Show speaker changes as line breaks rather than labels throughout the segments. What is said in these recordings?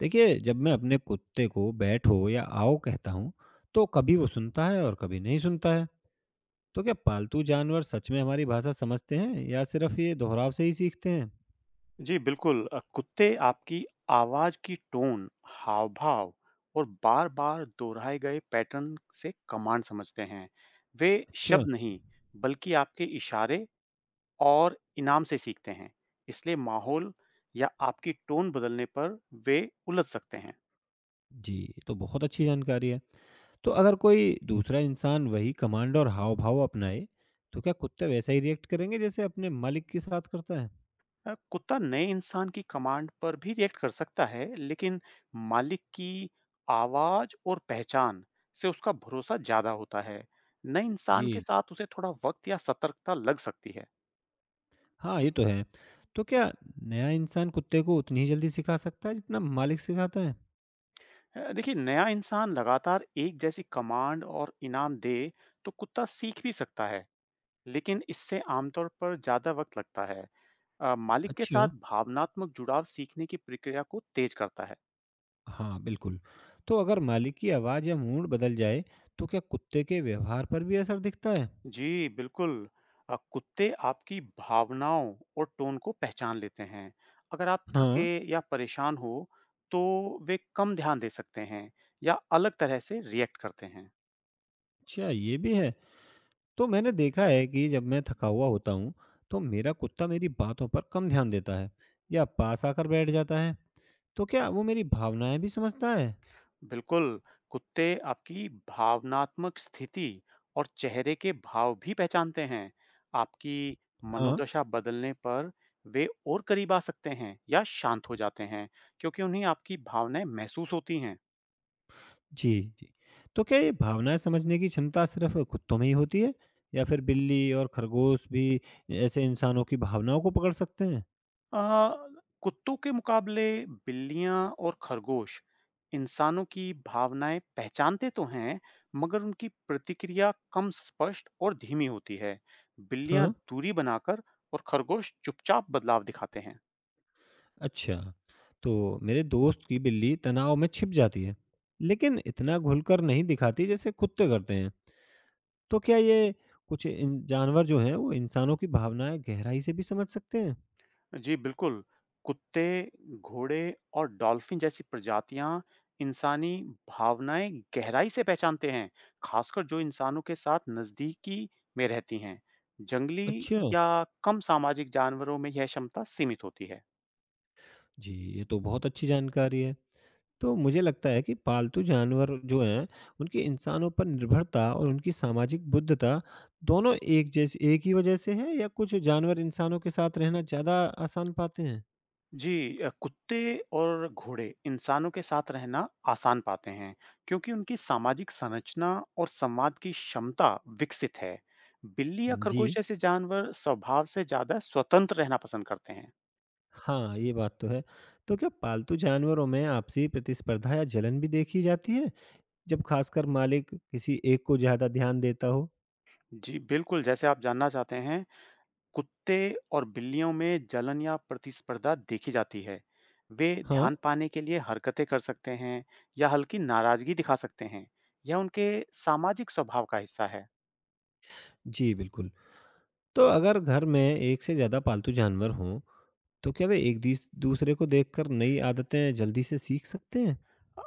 देखिए, जब मैं अपने कुत्ते को बैठो या आओ कहता हूँ, तो कभी वो सुनता है और कभी नहीं सुनता है। तो क्या पालतू जानवर सच में हमारी भाषा समझते हैं या सिर्फ ये दोहराव से ही सीखते हैं?
जी, बिल्कुल कुत्ते आपकी आवाज़ की टोन, हाव-भाव और बार-बार दोहराए गए पैटर्न से कमांड समझते हैं। वे
अच्छा,
शब्द नहीं, बल्कि आपके इशारे और इनाम से सीखते हैं। इसलिए माहौल या आपकी टोन बदलने पर वे उलझ सकते हैं।
जी, ये तो बहुत अच्छी जानकारी है। तो अगर कोई दूसरा इंसान वही कमांड और हाव-भाव अपनाए, तो क्या कुत्ते वैसा ही रिएक्ट करेंगे जैसे अपने मालिक के साथ करता है?
कुत्ता नए इंसान की कमांड पर भी रिएक्ट कर सकता है, लेकिन मालिक की आवाज़ और पहचान से उसका भरोसा ज़्यादा होता है। नए इंसान के
जी,
साथ उसे थोड़ा वक्त या सतर्कता लग सकती है।
हाँ, ये तो है। तो क्या नया इंसान कुत्ते को उतनी ही जल्दी सिखा सकता है जितना मालिक सिखाता है?
देखिए, नया इंसान लगातार एक जैसी कमांड और इनाम दे तो कुत्ता सीख भी सकता है, लेकिन इससे आमतौर पर ज़्यादा वक्त लगता है। मालिक के साथ
अच्छा।
भावनात्मक जुड़ाव सीखने की प्रक्रिया को तेज करता है।
हाँ, बिल्कुल। तो अगर मालिक की आवाज़ या मूड बदल जाए, तो क्या कुत्ते के व्यवहार पर भी असर दिखता है?
जी, बिल्कुल। कुत्ते आपकी भावनाओं और टोन को पहचान लेते हैं। अगर आप
हाँ,
थके या परेशान हो, तो वे कम ध्यान दे सकते हैं या अलग तरह से रिएक्ट करते हैं।
अच्छा ये भी है। तो मैंने देखा है कि जब मैं थका हुआ होता हूँ, तो मेरा कुत्ता मेरी बातों पर कम ध्यान देता है या पास आकर बैठ जाता है। तो क्या वो मेरी भावनाएँ भी समझता है?
बिल्कुल, कुत्ते आपकी भावनात्मक स्थिति और चेहरे के भाव भी पहचानते हैं। आपकी
हाँ,
मनोदशा बदलने पर वे और करीब आ सकते हैं या शांत हो जाते हैं, क्योंकि उन्हें आपकी भावनाएँ महसूस होती हैं।
जी, जी। तो क्या ये भावनाएँ समझने की क्षमता सिर्फ़ कुत्तों में ही होती है या फिर बिल्ली और खरगोश भी ऐसे इंसानों की भावनाओं को पकड़ सकते हैं?
आ, कुत्तों के मुकाबले बिल्लियां और खरगोश इंसानों की भावनाएं पहचानते तो हैं, मगर उनकी प्रतिक्रिया कम स्पष्ट और धीमी होती है। बिल्लियां
हाँ।
दूरी बनाकर और खरगोश चुपचाप बदलाव दिखाते हैं।
अच्छा, तो मेरे दोस्त की बिल्ली तनाव में छिप जाती है, लेकिन इतना घुलकर नहीं दिखाती जैसे कुत्ते करते हैं। तो क्या ये कुछ इन जानवर जो हैं वो इंसानों की भावनाएं गहराई से भी समझ सकते हैं?
जी बिल्कुल। कुत्ते, घोड़े और डॉल्फिन जैसी प्रजातियाँ इंसानी भावनाएँ गहराई से पहचानते हैं, खासकर जो इंसानों के साथ नज़दीकी में रहती हैं। जंगली
अच्छा,
या कम सामाजिक जानवरों में यह क्षमता सीमित होती है।
जी ये तो बहुत अच्छी जानकारी है। तो मुझे लगता है कि पालतू जानवर जो हैं उनकी इंसानों पर निर्भरता और उनकी सामाजिक बुद्धता दोनों एक जैसे एक ही वजह से है या कुछ जानवर इंसानों के साथ रहना ज़्यादा आसान पाते हैं?
जी कुत्ते और घोड़े इंसानों के साथ रहना आसान पाते हैं, क्योंकि उनकी सामाजिक संरचना और संवाद की क्षमता विकसित है। बिल्ली या
जी
खरगोश जैसे जानवर स्वभाव से ज़्यादा स्वतंत्र रहना पसंद करते हैं।
हाँ, ये बात तो है। तो क्या पालतू जानवरों में आपसी प्रतिस्पर्धा या जलन भी देखी जाती है, जब खासकर मालिक किसी एक को ज़्यादा ध्यान देता हो?
जी, बिल्कुल, जैसे आप जानना चाहते हैं, कुत्ते और बिल्लियों में जलन या प्रतिस्पर्धा देखी जाती है। वे
हाँ,
ध्यान पाने के लिए हरकतें कर सकते हैं या हल्की नाराज़गी दिखा सकते हैं। यह उनके सामाजिक स्वभाव का हिस्सा है।
जी बिल्कुल। तो अगर घर में एक से ज़्यादा पालतू जानवर हों, तो क्या वे एक दीस दूसरे को देखकर नई आदतें जल्दी से सीख सकते हैं?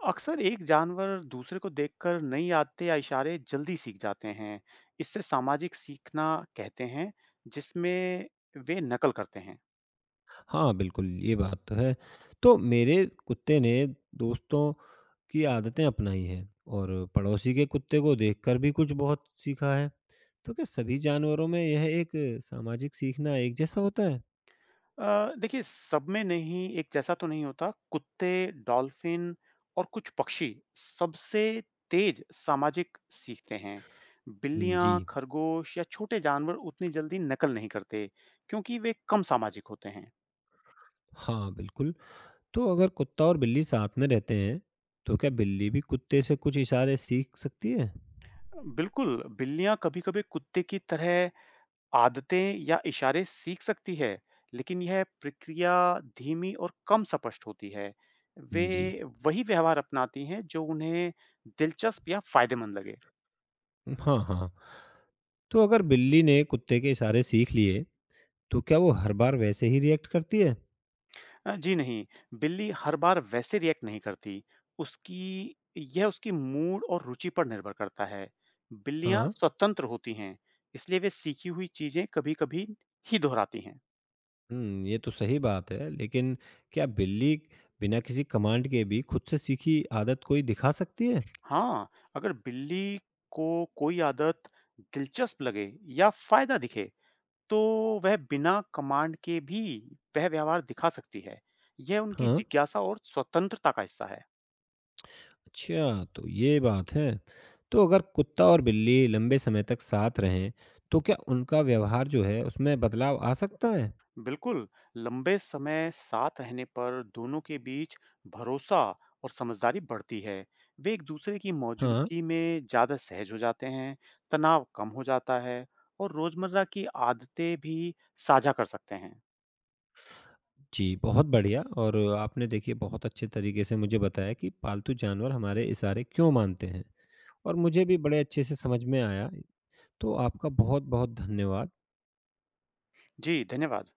अक्सर एक जानवर दूसरे को देखकर नई आदतें या इशारे जल्दी सीख जाते हैं। इससे सामाजिक सीखना कहते हैं, जिसमें वे नकल करते हैं।
हाँ, बिल्कुल, ये बात तो है। तो मेरे कुत्ते ने दोस्तों की आदतें अपनाई हैं और पड़ोसी के कुत्ते को देखकर भी कुछ बहुत सीखा है। तो क्या सभी जानवरों में यह एक सामाजिक सीखना एक जैसा होता है?
देखिए, सब में नहीं एक जैसा तो नहीं होता। कुत्ते, डॉल्फ़िन और कुछ पक्षी सबसे तेज़ सामाजिक सीखते हैं।
हुँ,
बिल्लियाँ,
जी।
खरगोश या छोटे जानवर उतनी जल्दी नकल नहीं करते, क्योंकि वे कम सामाजिक होते हैं।
हाँ, बिल्कुल। तो अगर कुत्ता और बिल्ली साथ में रहते हैं, तो क्या बिल्ली भी कुत्ते से कुछ इशारे सीख सकती है?
बिल्कुल, बिल्लियाँ कभी-कभी कुत्ते की तरह आदतें या इशारे सीख सकती है, लेकिन यह प्रक्रिया धीमी और कम स्पष्ट होती है। वे
जी।
वही व्यवहार अपनाती हैं जो उन्हें दिलचस्प या फ़ायदेमंद लगे।
हाँ, हाँ। तो अगर बिल्ली ने कुत्ते के इशारे सीख लिए, तो क्या वो हर बार वैसे ही रिएक्ट करती है?
जी नहीं, बिल्ली हर बार वैसे रिएक्ट नहीं करती। उसकी यह उसकी मूड और रुचि पर निर्भर करता है। बिल्लियाँ
हाँ।
स्वतंत्र होती हैं, इसलिए वे सीखी हुई चीज़ें कभी-कभी ही दोहराती हैं।
हुँ, ये तो सही बात है, लेकिन क्या बिल्ली बिना किसी कमांड के भी खुद से सीखी आदत कोई दिखा सकती है?
हाँ, अगर बिल्ली को कोई आदत दिलचस्प लगे या फ़ायदा दिखे, तो वह बिना कमांड के भी वह व्यवहार दिखा सकती है। यह उनकी
हाँ,
जिज्ञासा और स्वतंत्रता का हिस्सा है।
अच्छा तो ये बात है। तो अगर कुत्ता और बिल्ली लंबे समय तक साथ रहें, तो क्या उनका व्यवहार जो है उसमें बदलाव आ सकता है?
बिल्कुल, लंबे समय साथ रहने पर दोनों के बीच भरोसा और समझदारी बढ़ती है। वे एक दूसरे की
हाँ,
मौजूदगी में ज़्यादा सहज हो जाते हैं, तनाव कम हो जाता है और रोज़मर्रा की आदतें भी साझा कर सकते हैं।
जी बहुत बढ़िया और आपने देखिए बहुत अच्छे तरीके से मुझे बताया कि पालतू जानवर हमारे इशारे क्यों मानते हैं और मुझे भी बड़े अच्छे से समझ में आया। तो आपका बहुत-बहुत धन्यवाद।
जी, धन्यवाद।